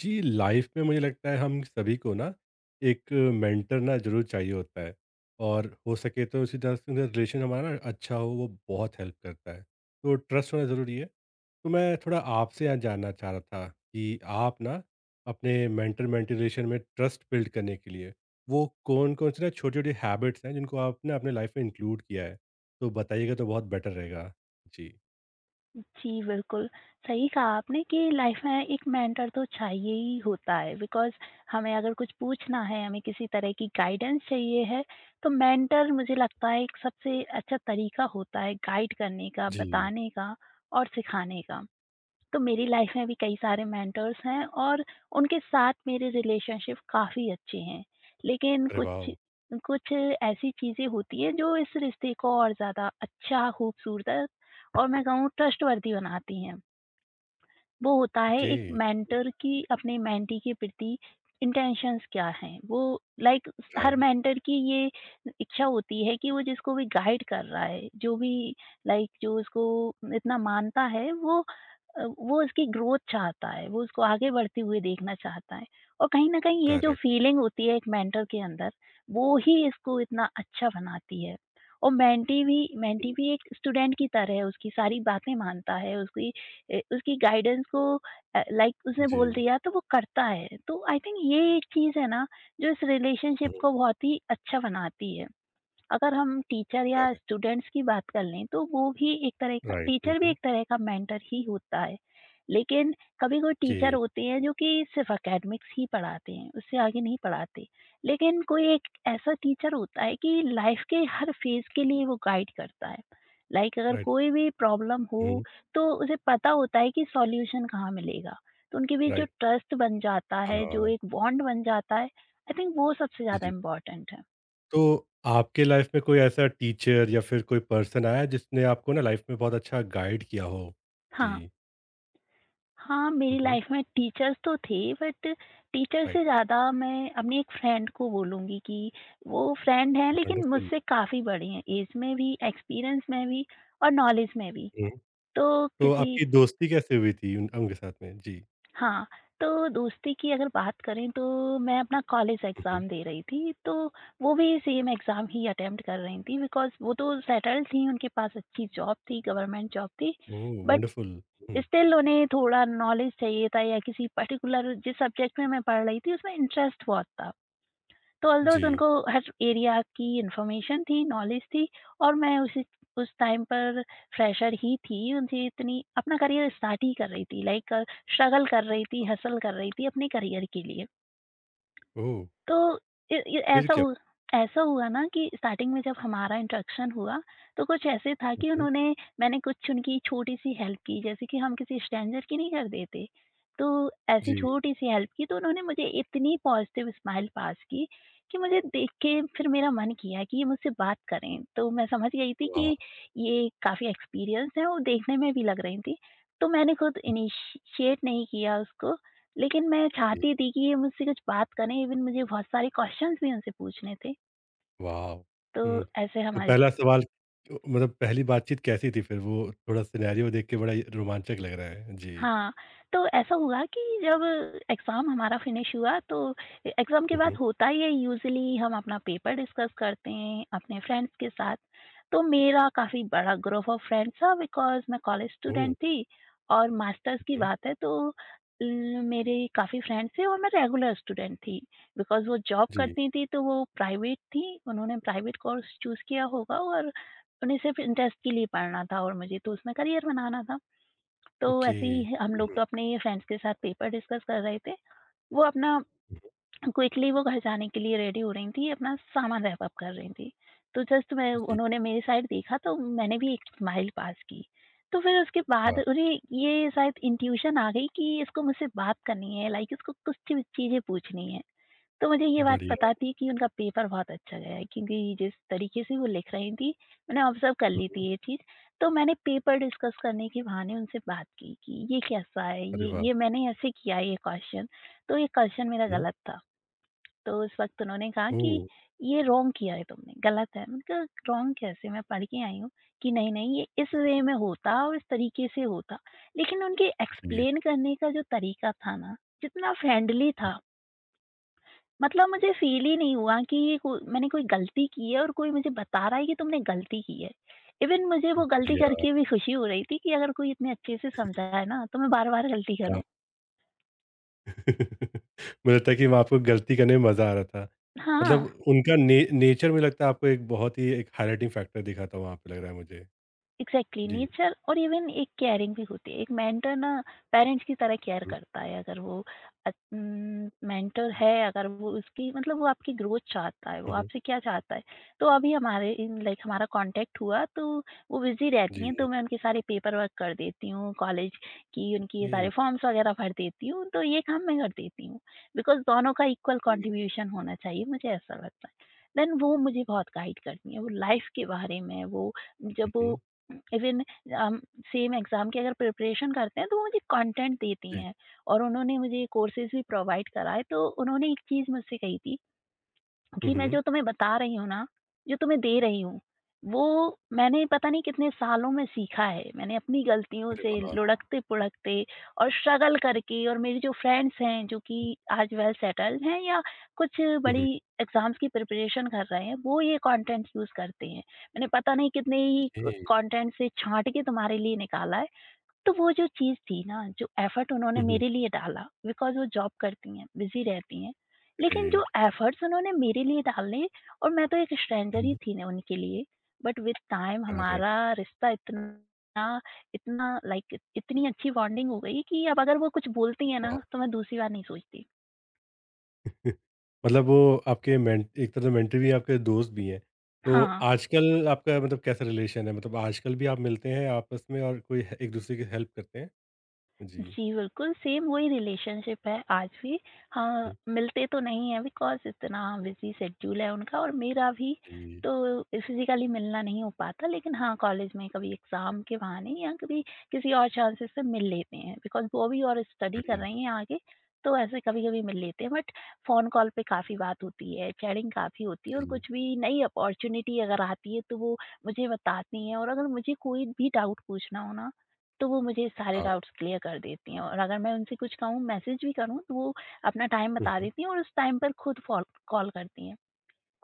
जी, life में मुझे लगता है हम सभी को ना एक मेंटर ना जरूर चाहिए होता है। और हो सके तो उसी तरह से उनका रिलेशन हमारा ना अच्छा हो, वो बहुत हेल्प करता है, तो ट्रस्ट होना ज़रूरी है। तो मैं थोड़ा आपसे यहाँ जानना चाह रहा था कि आप ना अपने मेंटर मेंटी रिलेशन में ट्रस्ट बिल्ड करने के लिए वो कौन कौन से ना छोटी छोटी हैबिट्स हैं जिनको आपने अपने लाइफ में इंक्लूड किया है, तो बताइएगा तो बहुत बेटर रहेगा। जी। जी, बिल्कुल, सही कहा आपने कि लाइफ में एक मेंटर तो चाहिए ही होता है बिकॉज़ हमें अगर कुछ पूछना है, हमें किसी तरह की गाइडेंस चाहिए है, तो मेंटर मुझे लगता है एक सबसे अच्छा तरीका होता है गाइड करने का, जी। बताने का और सिखाने का। तो मेरी लाइफ में भी कई सारे मेंटर्स हैं और उनके साथ मेरे रिलेशनशिप काफ़ी अच्छे हैं। लेकिन अरे कुछ वाह। कुछ ऐसी चीज़ें होती हैं जो इस रिश्ते को और ज़्यादा अच्छा, खूबसूरत और मैं कहूँ ट्रस्टवर्दी बनाती हैं। वो होता है ओके। एक मेंटर की अपने मेंटी के प्रति इंटेंशंस क्या हैं। वो लाइक हर राइट। मेंटर की ये इच्छा होती है कि वो जिसको भी गाइड कर रहा है, जो भी लाइक जो उसको इतना मानता है, वो वो उसकी ग्रोथ चाहता है, वो उसको आगे बढ़ते हुए देखना चाहता है। और कहीं न कहीं ये जो करेक्ट। फीलिंग होती है एक मेंटर के अंदर, वो ही इसको इतना अच्छा बनाती है। और मेंटी भी एक स्टूडेंट की तरह है, उसकी सारी बातें मानता है, उसकी गाइडेंस को लाइक उसने जी। बोल दिया तो वो करता है। तो आई थिंक ये एक चीज़ है ना, जो इस रिलेशनशिप हुँ, हुँ। को बहुत ही अच्छा बनाती है। अगर हम टीचर या करेक्ट। स्टूडेंट्स की बात कर लें तो वो भी एक तरह का राइट। हुँ, टीचर भी हुँ। एक तरह का मेंटर ही होता है। लेकिन कभी कोई ओके। टीचर होते हैं जो कि सिर्फ़ एकेडमिक्स ही पढ़ाते हैं, उससे आगे नहीं पढ़ाते। लेकिन कोई एक ऐसा टीचर होता है कि लाइफ़ के हर फ़ेज़ के लिए वो गाइड करता है। लाइक अगर राइट। कोई भी प्रॉब्लम हो हुँ, हुँ। तो उसे पता होता है कि सॉल्यूशन कहाँ मिलेगा। तो उनके बीच जो राइट। ट्रस्ट बन जाता है, जो हाँ। एक बॉन्ड बन जाता है, आई थिंक वो सबसे जी, ज़्यादा जी। इम्पोर्टेंट है। तो आपके लाइफ़ में कोई ऐसा टीचर या फिर कोई पर्सन आया जिसने आपको ना लाइफ़ में बहुत अच्छा गाइड किया हो? हाँ। जी। हाँ, मेरी हुँ, हुँ। लाइफ में टीचर्स तो थे, बट टीचर से राइट। ज़्यादा मैं अपनी एक फ्रेंड को बोलूँगी कि वो फ्रेंड हैं, लेकिन वंडरफुल। मुझसे काफ़ी बड़ी हैं, ऐज में भी, एक्सपीरियंस में भी और नॉलेज में भी। हुँ। तो तो किसी आपकी दोस्ती कैसे हुई थी उन उनके साथ में? जी। हाँ, तो दोस्ती की अगर बात करें तो मैं अपना कॉलेज हुँ, हुँ। एग्ज़ाम दे रही थी, तो वो भी सेम एग्ज़ाम ही अटेम्प्ट कर रही थीं बिकॉज़ वो तो सेटल्ड थीं, उनके पास अच्छी जॉब थी, गवर्नमेंट जॉब थी। Oh but wonderful. हुँ। स्टिल उन्हें थोड़ा नॉलेज चाहिए था या किसी पर्टिकुलर जिस सब्जेक्ट में मैं पढ़ रही थी उसमें इंटरेस्ट बहुत था। तो ऑल्दोज़ जी। उनको हर एरिया की इन्फॉर्मेशन थी, नॉलेज थी और मैं उसी उस टाइम पर फ्रेशर ही थी। मुझे इतनी अपना करियर स्टार्ट ही कर रही थी, लाइक स्ट्रगल कर रही थी, हसल कर रही थी अपने करियर के लिए। ओह! तो ये फिर क्या? ऐसा हुआ ना कि स्टार्टिंग में जब हमारा इंटरेक्शन हुआ, तो कुछ ऐसे था हुँ, कि हुँ। उन्होंने मैंने कुछ उनकी छोटी-सी हेल्प की, जैसे कि हम किसी स्ट्रेंजर की नहीं कर देते। तो ऐसी जी। छोटी-सी हेल्प की, तो उन्होंने मुझे इतनी पॉज़िटिव स्माइल पास की कि मुझे देख के फिर मेरा मन किया कि ये मुझसे बात करें। तो मैं समझ गई थी वाह! कि ये काफ़ी एक्सपीरियंस्ड हैं और देखने में भी लग रही थीं। तो मैंने खुद इनिशिएट नहीं किया उसको, लेकिन मैं चाहती थी कि ये मुझसे कुछ बात करें, इवन मुझे बहुत सारे क्वेश्चंस भी उनसे पूछने थे। वाओ! तो हुँ। ऐसे तो हमारी पहला सवाल मतलब पहली बातचीत कैसी थी फिर? वो थोड़ा सिनेरियो देख के बड़ा ही रोमांचक लग रहा है। जी। हाँ, तो ऐसा हुआ कि जब एग्ज़ाम हमारा फिनिश हुआ तो ए एग्ज़ाम के हुँ, बाद हुँ। होता ये यूज़ुअली हम अपना पेपर डिस्कस करते हैं अपने फ्रेंड्स के साथ। तो मेरा काफ़ी बड़ा ग्रुप ऑफ फ्रेंड्स था बिकॉज़ मैं कॉलेज ओह! स्टूडेंट थी और मास्टर्स की हुँ, हुँ। बात है, तो ल मेरे काफ़ी फ्रेंड्स थे और मैं रेगुलर स्टूडेंट थी। बिकॉज़ वो जॉब जी। करती थी तो वो प्राइवेट थी, उन्होंने प्राइवेट कोर्स चूज़ किया होगा और उन्हें सिर्फ़ इंटरेस्ट के लिए पढ़ना था और मुझे तो उसमें करियर बनाना था। तो ओके। ऐसे ही ह हम हुँ, लोग तो हुँ, अपने फ्रेंड्स के साथ पेपर डिस्कस कर रहे थे। वो अपना हुँ, हुँ। क्विकली वो घर जाने के लिए रेडी हो रही थीं, अपना सामान रैप अप कर रही थीं। तो जस्ट मैं जी। उन्होंने मेरी साइड देखा तो मैंने भी एक स्माइल पास की। तो फिर उसके बाद वाह! उन्हें ये शायद इंट्यूशन आ गई कि इसको मुझसे बात करनी है, लाइक इसको कुछ चीज़ें पूछनी है। तो मुझे ये बात बढ़िया। पता थी कि उनका पेपर बहुत अच्छा गया है क्योंकि जिस तरीके से वो लिख रही थीं, मैंने ऑब्ज़र्व कर हुँ, ली थी हुँ। ये चीज़। तो मैंने पेपर डिस्कस करने के बहाने उनसे बात की कि ये कैसा है? अरे ये वाह! ये मैंने ऐसे किया है ये क्वेश्चन, तो ये क्वेश्चन मेरा हुँ। गलत था। तो उस वक़्त उन्होंने कहा कि ओह! ये रॉन्ग किया है तुमने, गलत है। मैंने कहा रॉन्ग कैसे? मैं पढ़ के आई हूँ कि नहीं-नहीं ये इस वे में होता और इस तरीके से होता। लेकिन उनके जी। एक्सप्लेन करने का जो तरीका था ना, जितना फ्रेंडली हुँ, था, मतलब मुझे फ़ील ही नहीं हुआ कि ये को मैंने कोई गलती की है और कोई मुझे बता रहा है कि तुमने गलती की है। इवन मुझे हुँ, वो गलती बढ़िया। करके भी खुशी हो रही थी कि अगर कोई इतने अच्छे से समझाए ना, तो मैं बार-बार गलती वाह! करूँ। मुझे लगता है कि वहाँ आपको गलती करने में मज़ा आ रहा था। हाँ। मतलब उनका ने नेचर मुझे लगता है आपको एक बहुत ही एक हाइलाइटिंग फैक्टर दिखा था वहाँ पे, लग रहा है मुझे। एग्ज़ैक्टली जी। नेचर और इवन एक केयरिंग भी होती है। एक मेंटर ना पेरेंट्स की तरह केयर हुँ, करता है अगर वो मेंटर है, अगर वो उसकी मतलब वो आपकी ग्रोथ चाहता है, वो हुँ, हुँ, हुँ। आपसे क्या चाहता है। तो अभी हमारे इन लाइक हमारा कॉन्टैक्ट हुआ तो वो बिज़ी रहती हैं, जी। तो मैं उनके सारे पेपर वर्क कर देती हूँ, कॉलेज की उनकी ये सारे ओके। फॉर्म्स वग़ैरह भर देती हूँ, तो ये काम मैं कर देती हूँ। बिकॉज़ दोनों का इक्वल ओके। कंट्रीब्यूशन होना चाहिए, मुझे ऐसा लगता है। देन वो मुझे बहुत गाइड करती हैं, वो लाइफ़ के बारे में वो हुँ, जब वो हुँ। इवन हम सेम एग्ज़ाम की अगर प्रिपरेशन करते हैं तो वो मुझे कंटेंट देती जी। हैं और उन्होंने मुझे कोर्सेज़ भी प्रोवाइड कराए। तो उन्होंने एक चीज़ मुझसे कही थी कि मैं Mhm. जो तुम्हें बता रही हूँ ना, जो तुम्हें दे रही हूँ, वो मैंने पता नहीं कितने सालों में सीखा है। मैंने अपनी गलतियों अरे से वाह! लुढ़कते-पुढ़कते और स्ट्रगल करके, और मेरे जो फ्रेंड्स हैं, जो कि आज वेल सेटल्ड हैं या कुछ हुँ। बड़ी एग्ज़ाम्स की प्रिपरेशन कर रहे हैं, वो ये कंटेंट्स यूज़ करते हैं। मैंने पता नहीं कितने ही ओके। कंटेंट से छाँट के तुम्हारे लिए निकाला है। तो वो जो चीज़ थी ना, जो एफ़र्ट उन्होंने हुँ। मेरे लिए डाला, बिकॉज़ वो जॉब करती हैं, बिज़ी रहती हैं। लेकिन जो ग्रेट। एफ़र्ट्स उन्होंने मेरे लिए डाले, और मैं तो एक स्ट्रेंजर ही हुँ। थी ना उनके लिए, बट विद टाइम करेक्ट। हमारा रिश्ता इतना इतना लाइक इतनी अच्छी बॉन्डिंग हो गई कि अब अगर वो कुछ बोलती हैं वाओ! ना, तो मैं दूसरी बार नहीं सोचती। मतलब वो आपके मेन एक तरह से मेंटर भी हैं, आपके दोस्त भी हैं। तो हाँ। आजकल आपका मतलब कैसा रिलेशन है? मतलब आजकल भी आप मिलते हैं आपस में और कोई ह एक-दूसरे की हेल्प करते हैं? जी। जी, बिल्कुल सेम वही रिलेशनशिप है आज भी। हाँ, हुँ। मिलते तो नहीं हैं बिकॉज़ इतना बिज़ी शेड्यूल है उनका और मेरा भी, जी, तो फिज़िकली मिलना नहीं हो पाता। लेकिन हाँ, कॉलेज में कभी एग्ज़ाम के बहाने या कभी किसी और चांसेस से मिल लेते हैं बिकॉज़ वो भी और स्टडी कर बढ़िया। रही हैं आगे, तो ऐसे कभी-कभी मिल लेते हैं। बट फ़ोन कॉल पे काफ़ी बात होती है, चैटिंग काफ़ी होती है जी, और जी। कुछ भी नई अपॉर्च्युनिटी अगर आती है, तो वो मुझे बताती हैं और अगर मुझे कोई भी डाउट पूछना हो ना, तो वो मुझे सारे हाँ। डाउट्स क्लियर कर देती हैं और अगर मैं उनसे कुछ कहूँ, मैसेज भी करूँ तो वो अपना टाइम हुँ, बता हुँ। देती हैं और उस टाइम पर खुद फॉल कॉल करती हैं।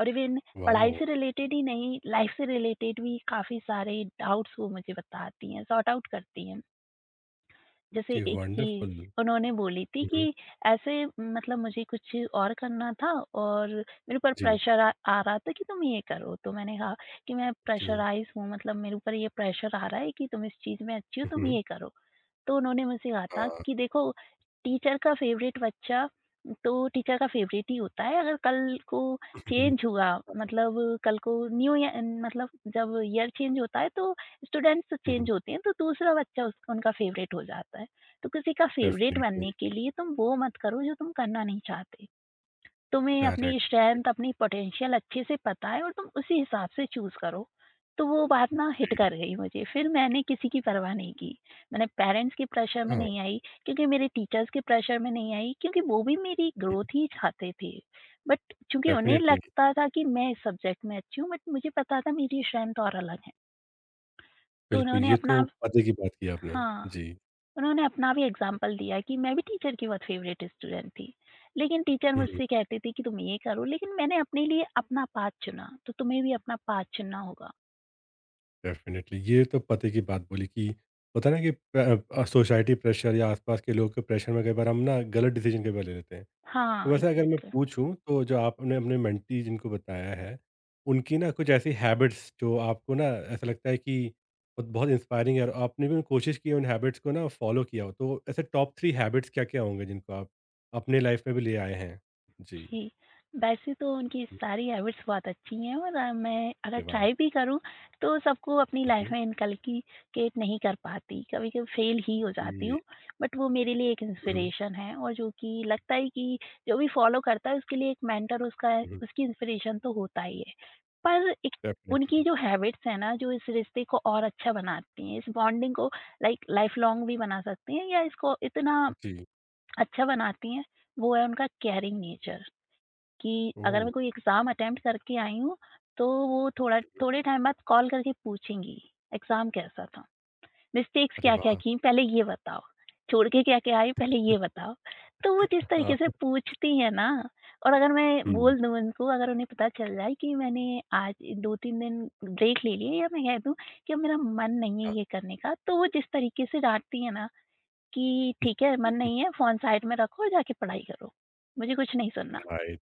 और इवन पढ़ाई वाओ! से रिलेटेड ही नहीं, लाइफ़ से रिलेटेड भी काफ़ी सारे डाउट्स वो मुझे बताती हैं, सॉर्ट आउट करती हैं। जैसे ओके, एक चीज़ वंडरफुल। उन्होंने बोली थी हुँ, कि हुँ। ऐसे, मतलब मुझे कुछ और करना था और मेरे ऊपर जी। प्रेशर आ आ रहा था कि तुम ये करो। तो मैंने कहा कि मैं जी। प्रेशराइज़ हूँ, मतलब मेरे ऊपर ये प्रेशर आ रहा है कि तुम इस चीज़ में अच्छी हो, हुँ, तुम हुँ। ये करो। तो उन्होंने मुझसे कहा था हाँ। कि देखो, टीचर का फ़ेवरेट बच्चा तो टीचर का फ़ेवरेट ही होता है, अगर कल को चेंज हुआ, मतलब कल को न्यू ईय मतलब जब ईयर चेंज होता है तो स्टूडेंट्स हुँ, हुँ। चेंज होते हैं, तो दूसरा बच्चा उस उनका फ़ेवरेट हो जाता है। तो किसी का फ़ेवरेट डेफिनिटली। बनने के लिए तुम वो मत करो जो तुम करना नहीं चाहते। तुम्हें अपनी करेक्ट, स्ट्रेंथ, करेक्ट। अपनी पोटेंशियल अच्छे से पता है और तुम उसी हिसाब से चूज़ करो। तो वो बात ना हिट ग्रेट। कर गई मुझे। फिर मैंने किसी की परवाह नहीं की। मैंने पेरेंट्स के प्रेशर में हाँ, नहीं आई, क्योंकि मेरे टीचर्स के प्रेशर में नहीं आई, क्योंकि वो भी मेरी ग्रोथ ही चाहते थे। बट चूँकि उन्हें डेफिनिटली। लगता था कि मैं इस सब्जेक्ट में अच्छी हूँ, बट मुझे पता था मेरी स्ट्रेंथ और अलग है। तो बिल्कुल, उन्होंने ये अपना तो पते की बात की आपने। हाँ। जी। उन्होंने अपना भी एग्ज़ाम्पल दिया कि मैं भी टीचर की बहुत फ़ेवरेट स्टूडेंट थी। लेकिन टीचर हुँ, हुँ। मुझसे कहती थी कि तुम ये करो, लेकिन मैंने अपने लिए अपना पाथ चुना, तो तुम्हें भी अपना पाथ चुनना होगा। डेफ़िनिटली ये तो पते की बात बोली कि होता है ना कि सोसाइटी प्रेशर या आसपास के लोग के प्रेशर में कई बार हम ना गलत डिसीज़न कई बार ले लेते हैं। तो हाँ, वैसे अगर मैं एग्ज़ैक्टली। पूछूँ तो जो आपने अपने मेंटी जिनको बताया है, उनकी ना कुछ ऐसी हैबिट्स जो आपको ना ऐसा लगता है कि ब बहुत इंस्पायरिंग है और आपने भी कोशिश की है उन हैबिट्स को ना फ़ॉलो किया हो। तो ऐसे टॉप 3 हैबिट्स क्या-क्या होंगे जिनको आप अपने लाइफ़ में भी ले आए हैं? जी। जी, वैसे तो उनकी हुँ। सारी हैबिट्स बहुत अच्छी हैं और मैं अगर अरे वाह! ट्राई भी करूँ तो सबको अपनी हुँ, लाइफ़ हुँ। में इनकल्किकेट नहीं कर पाती, कभी-कभी फ़ेल ही हो जाती हूँ। जी। बट वो मेरे लिए एक हुँ, हुँ। इंस्पिरेशन है और जो कि लगता है कि जो भी फ़ॉलो करता है उसके लिए एक मेंटर उसका हुँ, उसकी इंस्पिरेशन तो होता ही है। पर एक, उनकी डेफ़िनेटली। जो हैबिट्स हैं ना, जो इस रिश्ते को और अच्छा बनाती हैं, इस बॉन्डिंग को लाइक लाइफ लॉन्ग भी बना सकती हैं या इसको इतना जी। अच्छा बनाती हैं, वो है उनका केयरिंग नेचर। कि अगर ओह! मैं कोई एग्ज़ाम अटेम्प्ट करके आई हूँ, तो वो थोड़ा थोड़े टाइम बाद कॉल करके पूछेंगी, एग्ज़ाम कैसा था? मिस्टेक्स अरे क्या-क्या वाह! की पहले ये बताओ, छोड़ के क्या-क्या आई पहले ये बताओ। तो वो जिस हाँ। तरीके से पूछती है ना, और अगर मैं हुँ। बोल दूँ उनको, अगर उन्हें पता चल जाए कि मैंने आज 2-3 दिन ब्रेक ले लिया या मैं कह दूँ कि अब मेरा मन नहीं हाँ। है ये करने का, तो वो जिस तरीके से डाँटती है ना कि ठीक है, मन नहीं है, फ़ोन साइड में रखो और जाके पढ़ाई करो। मुझे कुछ नहीं सुनना। राइट।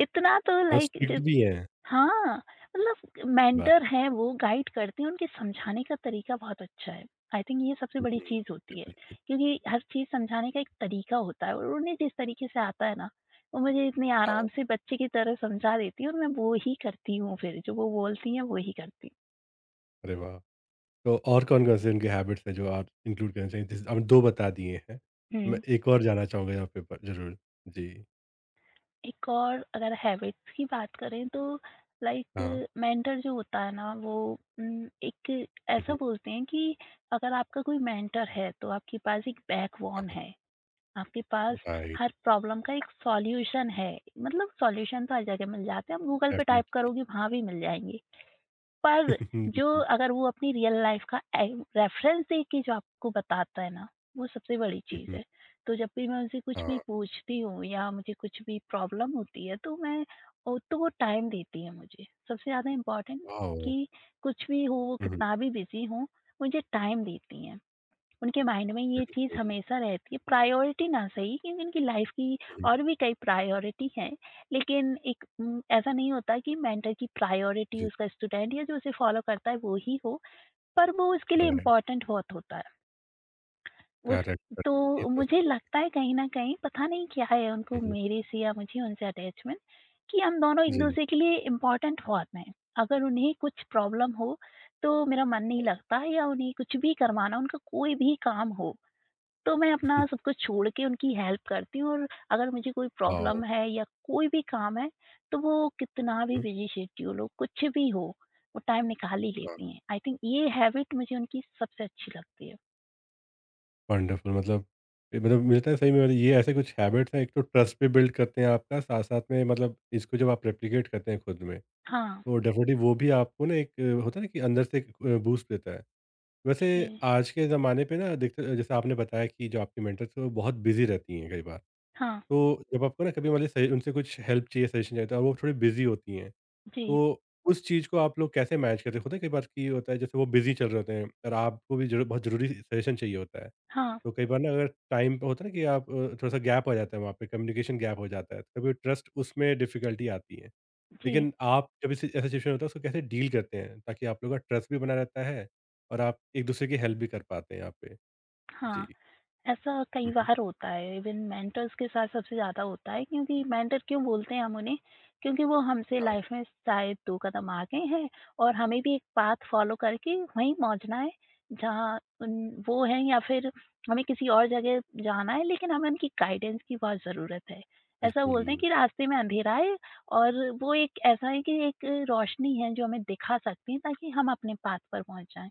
इतना तो और स्ट्रिक्ट लाइक। भी हैं। हाँ, मतलब वाह! मेंटर हैं वो, गाइड करते हैं, उनके समझाने का तरीका बहुत अच्छा है। आई थिंक ये सबसे हुँ, बड़ी चीज़ होती है, डेफ़िनेटली। क्योंकि हर चीज़ समझाने का एक तरीका होता है और उन्हें जिस तरीके से आता है ना, वो मुझे इतने हाँ। आराम से बच्चे की तरह समझा देती हैं और मैं वो ही करती हूँ फिर, जो वो बोलती हैं, वो ही करती हूँ। अरे वाह! तो और कौन-कौन से उनके हैबिट्स हैं जो आप इंक्लूड करना चाहिए? जैसे आपने 2 बता दिए हैं। मैं हुँ। एक और जानना चाहूँगा यहाँ पे पर ज़रूर। जी। एक और अगर हैबिट्स की बात करें तो हाँ। लाइक मेंटर जो होता है ना वो, एक हुँ, ऐसा हुँ। बोलते हैं कि अगर आपका कोई मेंटर है, तो आपके पास एक हाँ, बैकबोन हाँ। है। आपके पास राइट। हर प्रॉब्लम का एक सॉल्यूशन है। मतलब सॉल्यूशन तो हर जगह मिल जाते हैं, आप गूगल पे टाइप डेफ़िनेटली। करोगे वहाँ भी मिल जाएँगे। पर जो बिल्कुल। अगर वो अपनी रियल लाइफ़ का ए रेफ़रेंस दे के जो आपको बताता है ना, वो सबसे बड़ी हुँ, चीज़ हुँ। है। तो जब भी मैं उनसे कुछ भी हाँ। पूछती हूँ या मुझे कुछ भी प्रॉब्लम होती है तो मैं ओ तो वो टाइम देती है मुझे। सबसे ज़्यादा इम्पोर्टेंट वाओ! कि कुछ भी हो, वो हुँ, हुँ। कितना भी बिज़ी हों, मुझे टाइम देती हैं। उनके माइंड में ये चीज़ बिल्कुल। हमेशा रहती है, प्रायोरिटी ना सही, क्योंकि उनकी लाइफ की हुँ, हुँ। और भी कई प्रायोरिटी हैं, लेकिन ऐसा नहीं होता कि मेंटर की प्रायोरिटी जी। उसका स्टूडेंट या जो उसे फॉलो करता है वो ही हो, पर वो उसके लिए राइट। इम्पोर्टेंट बहुत होता है। उस करेक्ट, करेक्ट। ये तो तो मुझे लगता है कहीं न कहीं पता नहीं क्या है उनको हुँ, हुँ। मेरे से या मुझे उनसे अटैचमेंट कि हम दोनों जी। एक-दूसरे के लिए इम्पोर्टेंट बहुत हैं। अगर उन्हें कुछ प्रॉब्लम हो, तो मेरा मन नहीं लगता या उन्हें कुछ भी करवाना, उनका कोई भी काम हो, तो मैं अपना सब कुछ छोड़ के उनकी हेल्प करती हूँ। और अगर मुझे कोई वाओ! प्रॉब्लम है या कोई भी काम है, तो वो कितना भी हुँ। बिज़ी शेड्यूल हो, कुछ भी हो, वो टाइम निकाल ही हाँ। लेती हैं। आई थिंक ये हैबिट मुझे उनकी सबसे अच्छी लगती है। वंडरफुल, मतलब ये मतलब मिलता है सही में, मतलब ये ऐसे कुछ हैबिट्स हैं, एक तो ट्रस्ट पे बिल्ड करते हैं आपका साथ साथ में, मतलब इसको जब आप रेप्लिकेट करते हैं खुद में हाँ। तो डेफिनेटली वो भी आपको ना एक होता है ना कि अंदर से बूस्ट देता है। वैसे जी। आज के ज़माने पे ना देखते जैसे आपने बताया कि जो आपकी मेंटर्स वो बहुत बिजी रहती हैं कई बार, हाँ। तो जब आपको ना कभी मतलब उनसे कुछ हेल्प चाहिए, सजेशन चाहिए, तो वो थोड़ी बिजी होती हैं, जी। तो उस चीज़ को आप लोग कैसे मैनेज करते हैं? होता है कई बार की होता है जैसे वो बिजी चल रहे होते हैं और आपको भी जरूर बहुत ज़रूरी सजेशन चाहिए होता है, हाँ। तो कई बार ना अगर टाइम पे होता है ना कि आप थोड़ा-सा गैप आ जाता है वहाँ पे, कम्युनिकेशन गैप हो जाता है, तो कभी ट्रस्ट उसमें डिफ़िकल्टी आती है। जी। लेकिन आप जब इस ऐसा सिचुएशन होता है उसको कैसे डील करते हैं ताकि आप लोगों का ट्रस्ट भी बना रहता है और आप एक-दूसरे की हेल्प भी कर पाते हैं यहाँ पे? जी। हाँ। ऐसा कई हुँ, हुँ। बार होता है, इवन मेंटर्स के साथ सबसे ज़्यादा होता है, क्योंकि मेंटर क्यों बोलते हैं हम उन्हें? क्योंकि वो हमसे हाँ, लाइफ में शायद 2 कदम आगे हैं और हमें भी एक पाथ फॉलो करके वहीं पहुँचना है, जहाँ उन वो हैं, या फिर हमें किसी और जगह जाना है लेकिन हमें उनकी गाइडेंस की बहुत ज़रूरत है। ऐसा बोलते हैं बिल्कुल, कि रास्ते में अंधेरा है और वो एक ऐसा है कि एक रोशनी है जो हमें दिखा सकती है, ताकि हम अपने पाथ पर पहुँच जाएँ।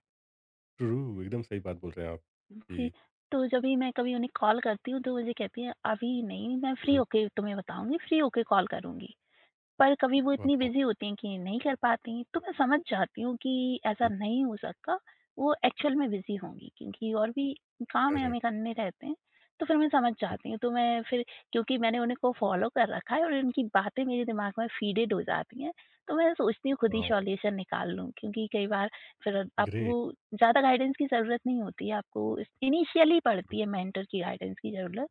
ट्रू एकदम सही बात बोल रहे हैं आप। जी, जी। तो जब भी मैं कभी उन्हें कॉल करती हूँ, तो मुझे कहती हैं, "अभी नहीं, मैं फ्री हुँ। होके तुम्हें बताऊँगी, फ्री होके कॉल करूँगी।" पर कभी वो इतनी वाओ! बिज़ी होती हैं कि नहीं कर पाती, तो मैं समझ जाती हूँ कि ऐसा हुँ। नहीं हो सकता, वो एक्चुअल में बिज़ी होंगी, क्योंकि और भी काम है करेक्ट। हमें करने रहते हैं, तो फिर मैं समझ जाती हूँ। तो मैं फिर क्योंकि मैंने उनको फ़ॉलो कर रखा है और उनकी बातें मेरे दिमाग में फ़ीडेड हो जाती हैं, तो मैं सोचती हूँ खुद ही वाओ! सॉल्यूशन निकाल लूँ, क्योंकि कई बार फिर ग्रेट। आपको ज़्यादा गाइडेंस की ज़रूरत नहीं होती है, आपको इनिशियली पड़ती है मेंटर की गाइडेंस की ज़रूरत।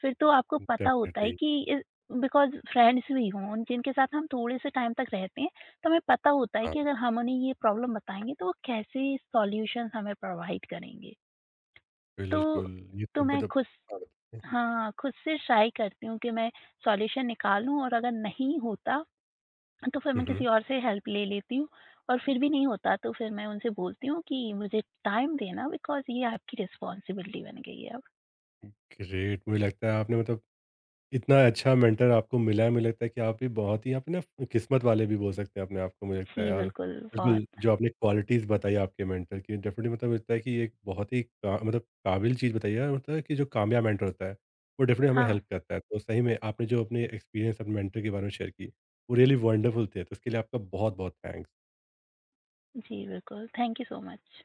फिर तो आपको पता होता है डेफ़िनिटली। कि बिकॉज़ फ्रेंड्स भी हों, जिनके साथ हम थोड़े से टाइम तक रहते हैं, तो हमें पता होता है हाँ, कि अगर हम उन्हें ये प्रॉब्लम बताएँगे, तो वो कैसे सॉल्यूशंस हमें प्रोवाइड करेंगे। तो बिल्कुल, ये तो तो मैं मतलब खुद हाँ, खुद से ट्राई करती हूँ कि मैं सॉल्यूशन निकालूँ, और अगर नहीं होता, तो फिर हुँ, मैं किसी हुँ, और से हेल्प ले लेती हूँ और फिर भी नहीं होता, तो फिर मैं उनसे बोलती हूँ कि मुझे टाइम देना, बिकॉज़ ये आपकी रिस्पॉन्सिबिलिटी बन गई है अब। ग्रेट मुझे लगता है आपने मतलब इतना अच्छा मेंटर आपको मिला है, मुझे लगता है कि आप भी बहुत ही आप ना किस्मत वाले भी बोल सकते हैं अपने आप को, मुझे जी, लगता है। और बिल्कुल, बिल्कुल, बहुत। जो आपने क्वालिटीज़ बताई आपके मेंटर की, डेफ़िनेटली मतलब लगता है कि ये एक बहुत ही का मतलब काबिल चीज़ बताई है और मतलब है कि जो कामयाब मेंटर होता है, वो डेफ़िनेटली हमें हाँ, हेल्प करता है। तो सही में आपने जो अपने एक्सपीरियंस अपने मेंटर के बारे में शेयर की, वो रियली वंडरफुल थे। तो उसके लिए आपका बहुत-बहुत थैंक्स। जी बिल्कुल। Thank you so much.